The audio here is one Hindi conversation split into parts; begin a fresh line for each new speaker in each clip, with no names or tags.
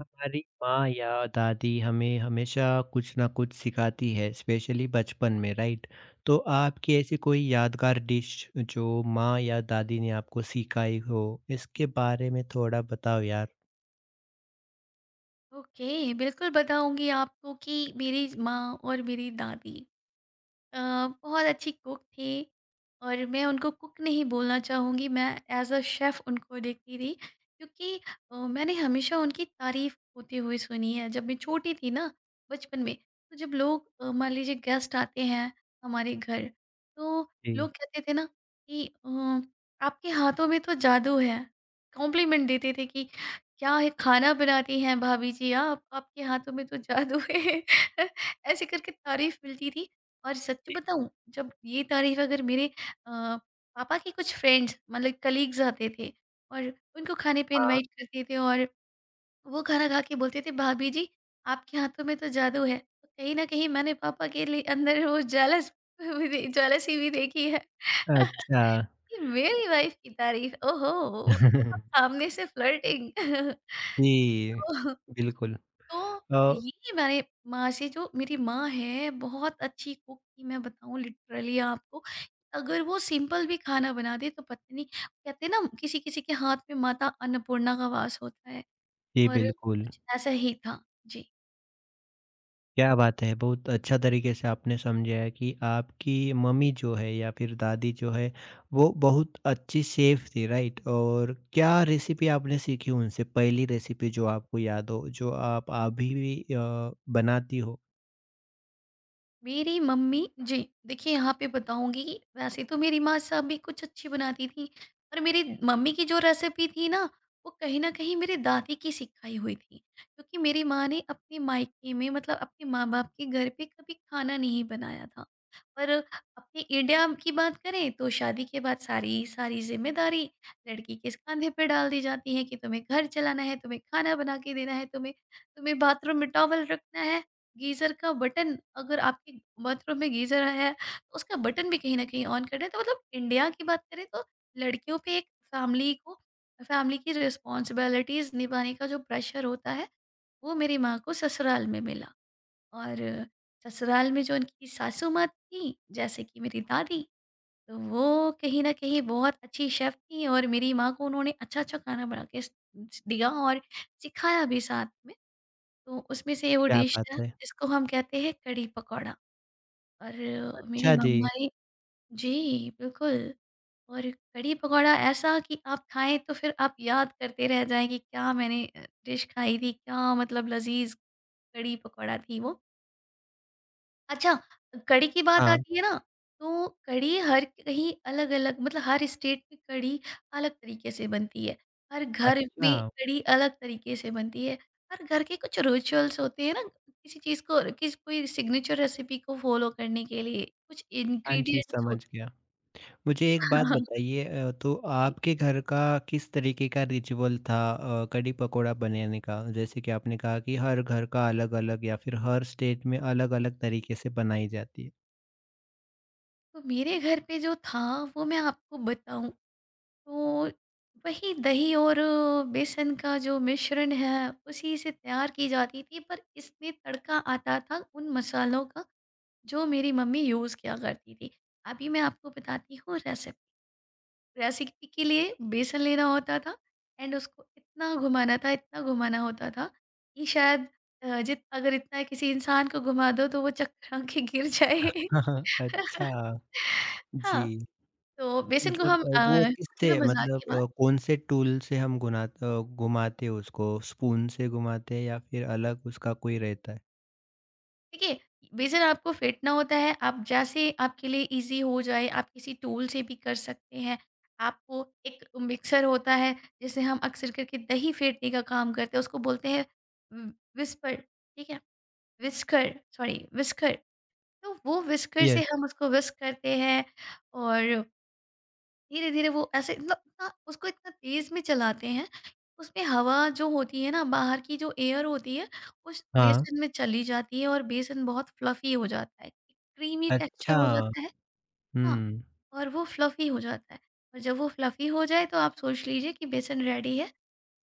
हमारी माँ या दादी हमें हमेशा कुछ ना कुछ सिखाती है, स्पेशली बचपन में। राइट, तो आपकी ऐसी कोई यादगार डिश जो माँ या दादी ने आपको सिखाई हो, इसके बारे में थोड़ा बताओ यार।
ओके बिल्कुल बताऊंगी आपको कि मेरी माँ और मेरी दादी अ, बहुत अच्छी कुक थी। और मैं उनको कुक नहीं बोलना चाहूँगी, मैं एज़ अ शेफ़ उनको देखती थी क्योंकि मैंने हमेशा उनकी तारीफ़ होती हुई सुनी है। जब मैं छोटी थी ना, बचपन में, तो जब लोग मान लीजिए गेस्ट आते हैं हमारे घर, तो
जी।
लोग कहते थे ना कि "आपके हाथों में तो जादू है।" कॉम्प्लीमेंट देते थे कि, "क्या है खाना बनाती हैं भाभी जी आप, आपके हाथों में तो जादू है।" ऐसे करके तारीफ़ मिलती थी। और सच
जी।
बताऊँ, जब ये तारीफ अगर मेरे पापा के कुछ फ्रेंड्स मतलब कलीग्स आते थे और उनको खाने पे इनवाइट करते थे, और वो खाना खा के बोलते थे, "भाभी जी, आपके हाथों में तो जादू है," तो कहीं ना कहीं मैंने पापा के लिए अंदर वो जालसी भी देखी है।
अच्छा।
कि मेरी वाइफ की तारीफ, ओहो, मतलब सामने से फ्लर्टिंग।
जी, बिल्कुल।
तो
अ,
ये मैंने माँ से, जो मेरी माँ है बहुत अच्छी कुक थी, मैं बताऊँ लिटरली आपको। अगर वो सिंपल भी खाना बना दे तो पता नहीं, कहते हैं ना किसी-किसी के हाथ में माता अन्नपूर्णा का वास होता है,
जी,
और
बिल्कुल।
कुछ ऐसा ही था। जी।
क्या बात है! बहुत अच्छा तरीके से आपने समझाया कि आपकी मम्मी जो है या फिर दादी जो है, वो बहुत अच्छी शेफ़ थी, राइट? और क्या रेसिपी आपने सीखी उनसे? पहली रेसिपी जो आपको याद हो, जो आप अभी भी बनाती हो?
मेरी मम्मी जी, देखिए यहाँ पे बताऊंगी कि वैसे तो मेरी माँ सब भी कुछ अच्छी बनाती थी, पर मेरी मम्मी की जो रेसिपी थी ना, वो कहीं ना कहीं मेरी दादी की सिखाई हुई थी, क्योंकि मेरी माँ ने अपने मायके में, मतलब अपने माँ बाप के घर पे, कभी खाना नहीं बनाया था। पर अपने इंडिया की बात करें तो शादी के बाद सारी सारी जिम्मेदारी लड़की के कंधे पे डाल दी जाती है कि तुम्हें घर चलाना है, तुम्हें खाना बना के देना है, तुम्हें तुम्हें बाथरूम में टॉवल रखना है, गीज़र का बटन, अगर आपके बाथरूम में गीज़र है तो उसका बटन भी कहीं न कहीं ऑन कर दें। तो मतलब इंडिया की बात करें तो लड़कियों पे एक फैमिली को, फैमिली की रिस्पॉन्सिबिलिटीज़ निभाने का जो प्रेशर होता है, वो मेरी माँ को ससुराल में मिला। और ससुराल में जो उनकी सासू माँ थीं, जैसे कि मेरी दादी, तो वो कहीं न कहीं बहुत अच्छी शेफ़ थीं, और मेरी माँ को उन्होंने अच्छा-अच्छा खाना बना के स दिया और सिखाया भी साथ में। तो उसमें से वो
क्या
डिश
बात
है
है!
जिसको हम कहते हैं कढ़ी पकौड़ा। और मेरी
अच्छा जी।
मम्मा ने, जी, बिल्कुल, और कढ़ी पकौड़ा ऐसा कि आप खाएँ तो फिर आप याद करते रह जाएँ कि क्या मैंने डिश खाई थी, क्या, मतलब लज़ीज़ कढ़ी पकौड़ा थी वो। अच्छा, कढ़ी की बात
हाँ,
आती है ना, तो कढ़ी हर कहीं अलग-अलग, मतलब हर स्टेट में कढ़ी अलग तरीके से बनती है। हर घर
अच्छा।
में कढ़ी अलग तरीके से बनती है। हर घर के कुछ रिचुअल्स होते हैं ना, किसी चीज़ को किस कोई सिग्नेचर रेसिपी को फ़ॉलो करने के लिए कुछ
हाँ जी,
इंग्रीडिएंट्स
समझ
होते
गया। मुझे एक बात
हैं।
बताइए, तो आपके घर का किस तरीके का रिचुअल था कढ़ी पकोड़ा बनाने का? जैसे कि आपने कहा कि हर घर का अलग-अलग या फिर हर स्टेट में अलग-अलग तरीके से बनाई जाती है।
तो मेरे घर पे जो था, वो मैं आपको बताऊँ, तो वही दही और बेसन का जो मिश्रण है उसी से तैयार की जाती थी, पर इसमें तड़का आता था उन मसालों का जो मेरी मम्मी यूज़ किया करती थी। अभी मैं आपको बताती हूँ रेसिपी। रेसिपी के लिए बेसन लेना होता था, एंड उसको इतना घुमाना था, इतना घुमाना होता था कि शायद अ, जित अगर इतना किसी इंसान को घुमा दो तो वो चक्कर आके गिर जाए।
हाँ, हाँ, अच्छा।
हाँ,
जी,
तो बेसन को
मतलब
हम
वो
ये तो
किससे,
मज़ाक
मतलब
की बात,
कौन से टूल से हम घुमाते हैं उसको? स्पून से घुमाते हैं या फिर अलग उसका कोई रहता है?
देखिए, बेशक आपको फिट ना होता है, आप जैसे आपके लिए ईज़ी हो जाए, आप किसी टूल से भी कर सकते हैं। आपको एक मिक्सर होता है, जिसे हम अक्सर करके दही फेंटने का काम करते हैं, उसको बोलते हैं व व्हिस्पर, ठीक है? व्हिस्कर, सॉरी, व्हिस्कर, तो वो व्हिस्कर से
यस,
हम उसको व्हिस्क करते हैं, और धीरे धीरे वो ऐसे, मतलब इतना उसको इतना तेज में चलाते हैं, उसमें हवा जो होती है ना, बाहर की जो एयर होती है, उस
हाँ,
बेसन में चली जाती है और बेसन बहुत फ्लफी हो जाता है, क्रीमी टेक्सचर
अच्छा।
हो जाता है।
हुँ।
हाँ, और वो फ्लफी हो जाता है, और जब वो फ्लफी हो जाए तो आप सोच लीजिए कि बेसन रेडी है,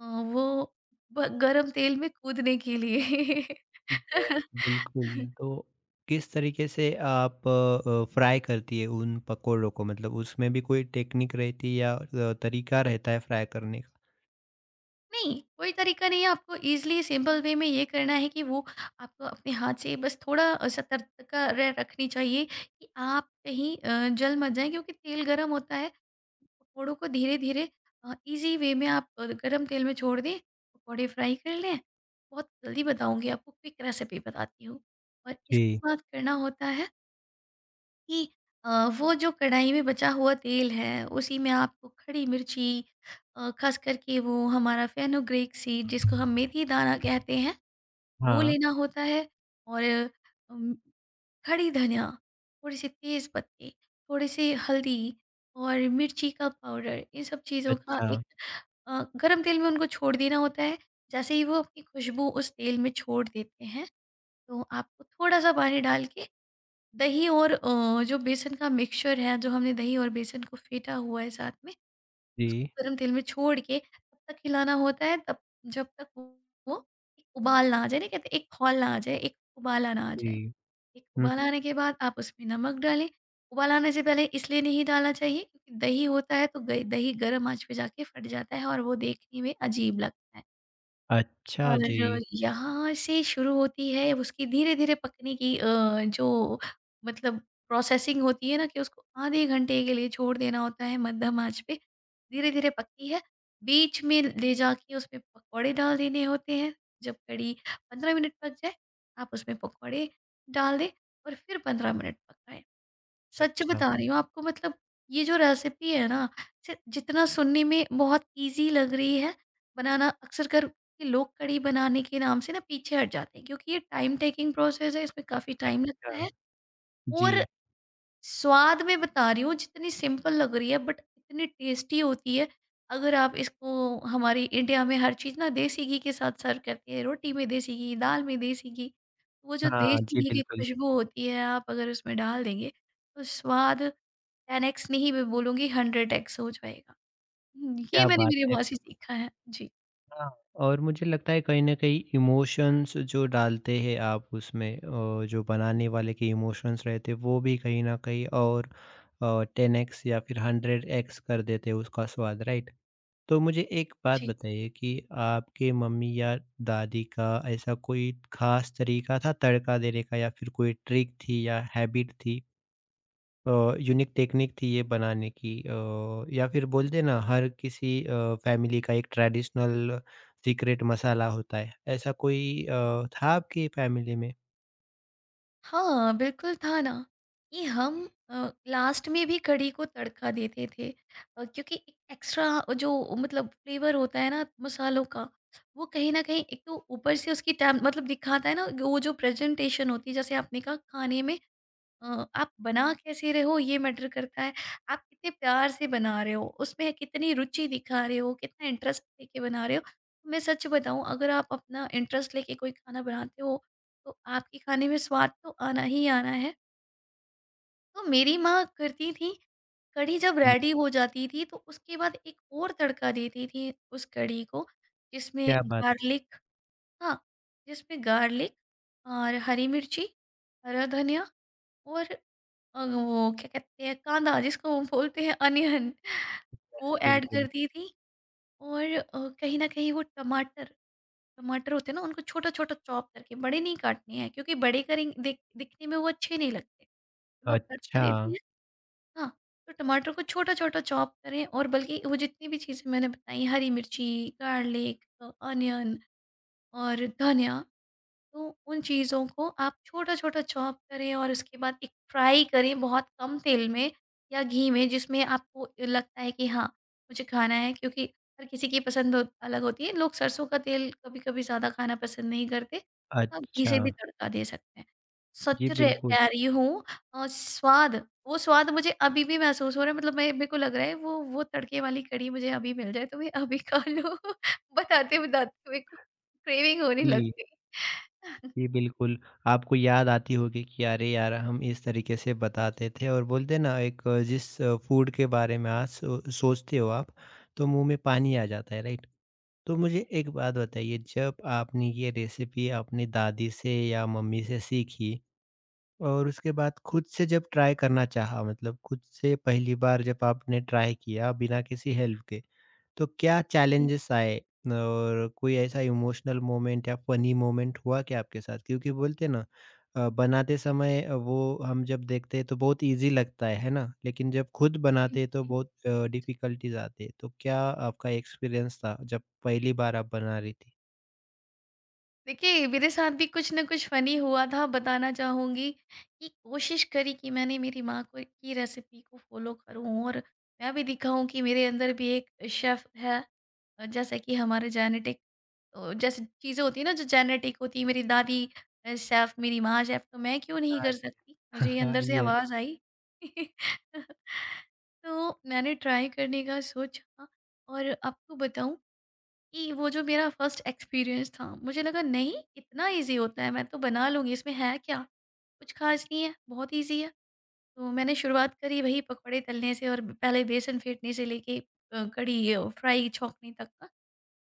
अ, वो गरम तेल में कूदने के लिए।
यस, बिल्कुल। तो किस तरीके से आप फ्राई करती है उन पकोड़ों को? मतलब उसमें भी कोई टेक्निक रहती है या तरीका रहता है फ्राई करने का?
नहीं, कोई तरीका नहीं है, आपको ईज़िली सिंपल वे में ये करना है कि वो, आपको अपने हाथ से बस थोड़ा सतर्कता र रखनी चाहिए कि आप कहीं जल मत जाएँ, क्योंकि तेल गरम होता है। पकौड़ों को धीरे-धीरे ईज़ी वे में आप गरम तेल में छोड़ दें, पकौड़े फ्राई कर लें। बहुत जल्दी बताऊँगी आपको, क्विक रेसिपी बताती हूँ। और इसके
जी,
बाद करना होता है कि अ, वो जो कढ़ाई में बचा हुआ तेल है उसी में आपको खड़ी मिर्ची, ख़ास करके वो हमारा फेनुग्रीक सीड जिसको हम मेथी दाना कहते हैं, वो
हाँ।
लेना होता है, और अम, खड़ी धनिया, थोड़े से तेज़ पत्ते, थोड़े से हल्दी और मिर्ची का पाउडर, इन सब चीज़ों का
अच्छा,
एक, गरम तेल में उनको छोड़ देना होता है। जैसे ही वो अपनी खुशबू उस तेल में छोड़ देते हैं, तो आपको थोड़ा-सा पानी डाल के दही और, जो बेसन का मिक्सचर है, जो हमने दही और बेसन को फेंटा हुआ है साथ में,
जी,
उसको गरम तेल में छोड़ के तब तक हिलाना होता है, तब जब तक वो एक उबाल ना आ जाए, नहीं कहते एक खौल ना आ जाए, एक उबाल आना आ
जी।
जाए। एक
हुँ,
उबाल आने के बाद आप उसमें नमक डालें। उबाल आने से पहले इसलिए नहीं डालना चाहिए, क्योंकि दही होता है तो ग दही गरम आँच पे जाके फट जाता है और वो देखने में अजीब लगता है।
अच्छा जी,
और यहाँ से शुरू होती है उसकी धीरे-धीरे पकने की जो, मतलब प्रोसेसिंग होती है ना, कि उसको आधे घंटे के लिए छोड़ देना होता है मध्यम आँच पे। धीरे-धीरे पकती है, बीच में ले जाके उसमें पकौड़े डाल देने होते हैं। जब कढ़ी 15 मिनट पक जाए, आप उसमें पकौड़े डाल दें, और फिर 15 मिनट पकाएँ। सच
अच्छा,
बता रही हूँ आपको, मतलब ये जो रेसिपी है ना, से जितना सुनने में बहुत इजी लग रही है, बनाना अक्सर कर कि लोग कड़ी बनाने के नाम से ना पीछे हट जाते हैं, क्योंकि ये टाइम टेकिंग प्रोसेस है, इसमें काफ़ी टाइम लगता
अच्छा।
है। और
जी,
स्वाद में बता रही हूँ, जितनी सिंपल लग रही है बट इतनी टेस्टी होती है। अगर आप इसको, हमारी इंडिया में हर चीज़ ना देसी घी के साथ सर्व करते हैं, रोटी में देसी घी, दाल में देसी घी, तो वो जो
हाँ
देसी
जी,
घी की
बिल्कुल।
खुशबू होती है, आप अगर उसमें डाल देंगे तो स्वाद 10x नहीं, मैं बोलूँगी 100x हो जाएगा। हुँ, ये
क्या
मैंने
बात
मेरी
है!
माँ से सीखा है। जी,
हाँ, और मुझे लगता है कहीं न कहीं इमोशंस जो डालते हैं आप उसमें, जो बनाने वाले के इमोशंस रहते हैं वो भी कहीं न कहीं, और 10x या फिर 100x कर देते हैं उसका स्वाद, राइट? तो मुझे एक बात
जी।
बताइए कि आपके मम्मी या दादी का ऐसा कोई ख़ास तरीका था तड़का देने का या फिर कोई ट्रिक थी या हैबिट थी? यूनिक टेक्निक थी ये बनाने की, या फिर बोलते ना हर किसी फैमिली का एक ट्रेडिशनल सीक्रेट मसाला होता है, ऐसा कोई था आपकी फैमिली में?
हाँ, बिल्कुल था ना, कि हम लास्ट में भी कढ़ी को तड़का देते थे। क्योंकि एक एक्स्ट्रा जो, मतलब फ्लेवर होता है ना मसालों का, वो कहीं न कहीं, एक तो ऊपर से उसकी टेम, मतलब दिखाता है ना, वो जो प्रेज़ेंटेशन होती है जैसे आपने कहा, खाने में आप बना कैसे रहे हो ये मैटर करता है, आप कितने प्यार से बना रहे हो, उसमें कितनी रुचि दिखा रहे हो, कितना इंटरेस्ट लेके बना रहे हो। तो मैं सच बताऊँ, अगर आप अपना इंटरेस्ट लेके कोई खाना बनाते हो, तो आपके खाने में स्वाद तो आना ही आना है। तो मेरी माँ करती थी, कढ़ी जब
हुँ।
रेडी हो जाती थी तो उसके बाद एक और तड़का देती थी उस कढ़ी को, जिसमें
क्या बात है!
गार्लिक, हाँ, जिसमें गार्लिक और हरी मिर्ची, हरा धनिया और वो क्या कहते हैं कांदा, जिसको वो बोलते हैं अनियन, वो ऐड कर
बिल्कुल।
दी थी। और कहीं न कहीं वो टमाटर, होते हैं ना, उनको छोटा-छोटा चॉप करके, बड़े नहीं काटने हैं, क्योंकि बड़े करेंग दिखने में वो अच्छे नहीं लगते। जब आप तड़का
अच्छा,
देती हैं, हाँ, तो टमाटर को छोटा-छोटा चॉप करें। और बल्कि वो जितनी भी चीज़ें मैंने बताई, हरी मिर्ची, गार्लिक, अनियन और धनिया, तो उन चीज़ों को आप छोटा-छोटा चॉप करें और उसके बाद एक फ्राई करें, बहुत कम तेल में या घी में, जिसमें आपको लगता है कि हाँ, मुझे खाना है, क्योंकि हर किसी की पसंद हो अलग होती है। लोग सरसों का तेल कभी-कभी ज़्यादा खाना पसंद नहीं करते, तो आप घी
अच्छा।
से भी तड़का दे सकते हैं। सच
जी,
रे
बिल्कुल।
कह रही हूँ, स्वाद, वो स्वाद मुझे अभी भी महसूस हो रहा है, मतलब मैं, मेरे को लग रहा है वो, तड़के वाली कढ़ी मुझे अभी मिल जाए तो मैं अभी खा लूँ। बताते-बताते मेरे को क्रेविंग होने लग
जी,
गई।
जी, बिल्कुल। आपको याद आती होगी कि अरे यार हम इस तरीके से बताते थे, और बोलते हैं ना, एक जिस फूड के बारे में आज सोचते हो आप तो मुँह में पानी आ जाता है, राइट? तो मुझे
जी,
एक बात बताइए, जब आपने ये रेसिपी अपनी दादी से या मम्मी से सीखी और उसके बाद खुद से जब ट्राई करना चाहा, मतलब खुद से पहली बार जब आपने ट्राई किया बिना किसी हेल्प के, तो क्या
जी,
चैलेंजेस आए और कोई ऐसा इमोशनल मोमेंट या फनी मोमेंट हुआ क्या आपके साथ? क्योंकि बोलते हैं ना, बनाते समय वो हम जब देखते हैं तो बहुत ईज़ी लगता है ना? लेकिन जब खुद
जी,
बनाते हैं तो
जी।
बहुत डिफ़िकल्टीज़ आती है। तो क्या आपका एक्सपीरियंस था जब पहली बार आप बना रही थी?
देखिए, मेरे साथ भी कुछ ना कुछ फ़नी हुआ था। बताना चाहूँगी कि कोशिश करी कि मैंने मेरी माँ को की रेसिपी को फ़ॉलो करूँ, और मैं भी दिखाऊँ कि मेरे अंदर भी एक शेफ़ है। जैसे कि हमारे जेनेटिक, जैसे चीज़ें होती हैं ना, जो जेनेटिक होती है, मेरी दादी शेफ़, मेरी माँ शेफ़, तो मैं क्यों नहीं कर सकती? मुझे ये
हाँ,
अंदर से
येस।
आवाज़ आई। तो मैंने ट्राई करने का सोचा और आपको बताऊँ कि वो जो मेरा फर्स्ट एक्सपीरियंस था, मुझे लगा नहीं इतना ईज़ी होता है, मैं तो बना लूँगी इसमें है क्या? कुछ ख़ास नहीं है, बहुत ईज़ी है। तो मैंने शुरुआत करी वही पकौड़े तलने से और पहले बेसन फेंटने से लेके कढ़ी फ्राई छौंकने तक का।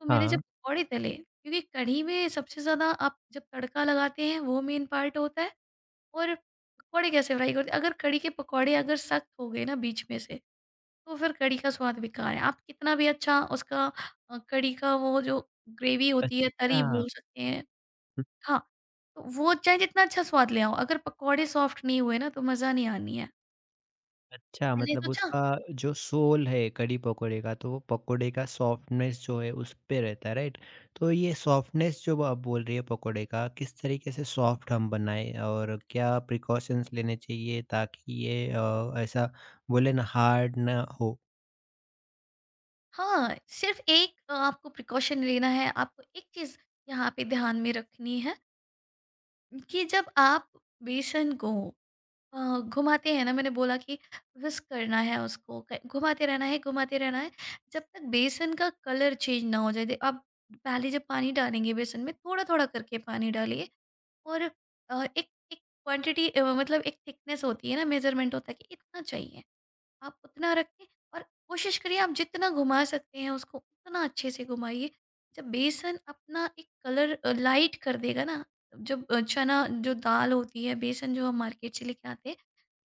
तो मैंने जब
हाँ,
पकौड़े तले क्योंकि कढ़ी में सबसे ज़्यादा आप जब तड़का लगाते हैं वो मेन पार्ट होता है और पकौड़े कैसे फ्राई करते हैं? अगर कढ़ी के पकौड़े अगर सख्त हो गए ना बीच में से तो फिर कढ़ी का स्वाद बेकार है। आप कितना भी अच्छा उसका कढ़ी का वो जो ग्रेवी होती है,
अच्छा।
तरी बोल सकते हैं। हाँ, तो वो चाहे जितना अच्छा स्वाद ले आओ, अगर पकौड़े सॉफ्ट नहीं हुए ना, तो मज़ा नहीं आनी है।
अच्छा,
मैंने
मतलब
सोचा।
उसका जो सोल है कढ़ी पकोड़े का, तो वो पकोड़े का सॉफ्टनेस जो है उस पे रहता है, राइट? तो ये सॉफ्टनेस जो आप बोल रही है पकोड़े का, किस तरीके से सॉफ्ट हम बनाएँ और क्या प्रिकॉशंस लेने चाहिए ताकि ये ऐसा, बोले ना, हार्ड ना हो?
हाँ, सिर्फ़ एक आपको प्रिकॉशन लेना है, आपको एक चीज़ यहाँ पे ध्यान में रखनी है कि जब आप बेसन को घुमाते हैं ना मैंने बोला कि व्हिस्क करना है उसको घुमाते रहना है घुमाते रहना है। जब तक बेसन का कलर चेंज ना हो जाए आप पहले जब पानी डालेंगे बेसन में थोड़ा थोड़ा करके पानी डालिए। और एक एक क्वांटिटी मतलब एक थिकनेस होती है ना मेजरमेंट होता है कि इतना चाहिए आप उतना रखें। और कोशिश करिए आप जितना घुमा सकते हैं उसको उतना अच्छे से घुमाइए। जब बेसन अपना एक कलर लाइट कर देगा ना जब चना जो दाल होती है बेसन जो हम मार्केट से लेके आते हैं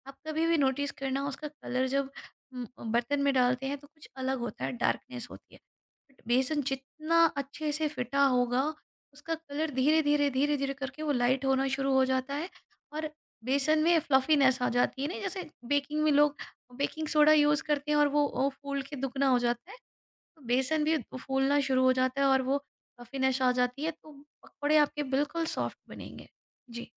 आप कभी भी नोटिस करना उसका कलर जब म, बर्तन में डालते हैं तो कुछ अलग होता है डार्कनेस होती है। बट बेसन जितना अच्छे से फिटा होगा उसका कलर धीरे धीरे धीरे धीरे करके वो लाइट होना शुरू हो जाता है। और बेसन में फ्लफीनेस आ जाती है ना जैसे बेकिंग में लोग बेकिंग सोडा यूज करते हैं और वो फूल के दुगना हो जाता है। तो बेसन भी फूलना शुरू हो जाता है और वो फ्लफीनेस आ जाती है तो पकौड़े आपके बिल्कुल सॉफ्ट बनेंगे। जी।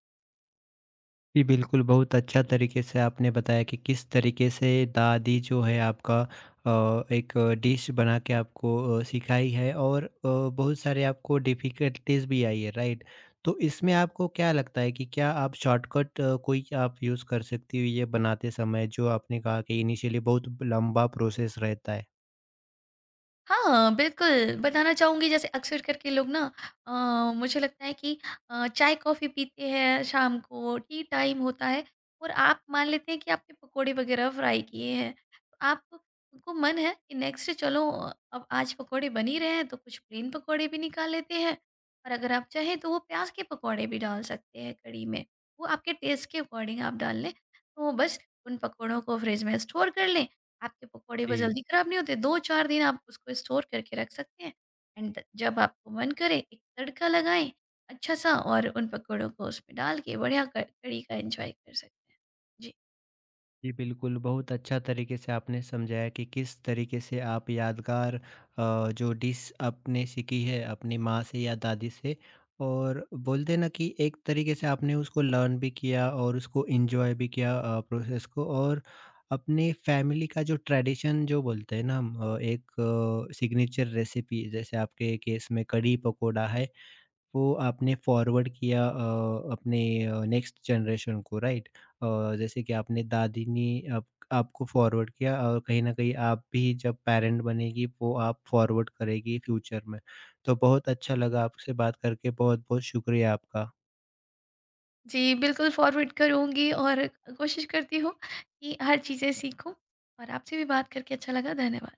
जी, बिल्कुल, बहुत अच्छा तरीके से आपने बताया कि किस तरीके से दादी जो है आपका एक डिश बना के आपको सिखाई है, और बहुत सारे आपको डिफ़िकल्टीज़ भी आई है, राइट? तो इसमें आपको क्या लगता है कि क्या आप शॉर्टकट कोई आप यूज़ कर सकती हो ये बनाते समय, जो आपने कहा कि इनिशियली बहुत लंबा प्रोसेस रहता है?
हाँ, बिल्कुल, बताना चाहूँगी जैसे अक्सर करके लोग ना अ, मुझे लगता है कि चाय-कॉफ़ी पीते हैं शाम को, टी टाइम होता है और आप मान लेते हैं कि आपने पकोड़े वग़ैरह फ्राई किए हैं। तो आपको मन है कि नेक्स्ट चलो अब आज पकोड़े बन ही रहे हैं तो कुछ प्लेन पकोड़े भी निकाल लेते हैं। और अगर आप चाहें तो वो प्याज़ के पकोड़े भी डाल सकते हैं कढ़ी में। वो आपके टेस्ट के अकॉर्डिंग आप डाल लें। तो बस उन पकोड़ों को फ्रिज में स्टोर कर लें। आपके पकौड़े वो
जी।
जल्दी खराब नहीं होते, 2-4 दिन आप उसको स्टोर करके रख सकते हैं। एंड जब आपको मन करे एक तड़का लगाएँ अच्छा-सा और उन पकौड़ों को उसमें डाल के बढ़िया क कड़ी का एन्जॉय कर सकते हैं। जी।
जी, बिल्कुल, बहुत अच्छा तरीके से आपने समझाया कि किस तरीके से आप यादगार जो डिश आपने सीखी है अपनी माँ से या दादी से, और बोलते हैं ना कि एक तरीके से आपने उसको लर्न भी किया और उसको एंजॉय भी किया, प्रोसेस को, और अपने फैमिली का जो ट्रेडिशन, जो बोलते हैं ना हम, एक सिग्नेचर रेसिपी जैसे आपके केस में कढ़ी पकोड़ा है, वो आपने फॉरवर्ड किया अपने नेक्स्ट जनरेशन को, राइट? अ, जैसे कि आपने दादी ने आप आपको फॉरवर्ड किया और कहीं न कहीं आप भी जब पैरेंट बनेगी वो आप फॉरवर्ड करेगी फ्यूचर में। तो बहुत अच्छा लगा आपसे बात करके, बहुत-बहुत शुक्रिया आपका।
जी, बिल्कुल फॉरवर्ड करूँगी और कोशिश करती हूँ कि हर चीज़ें सीखूँ और आपसे भी बात करके अच्छा लगा। धन्यवाद।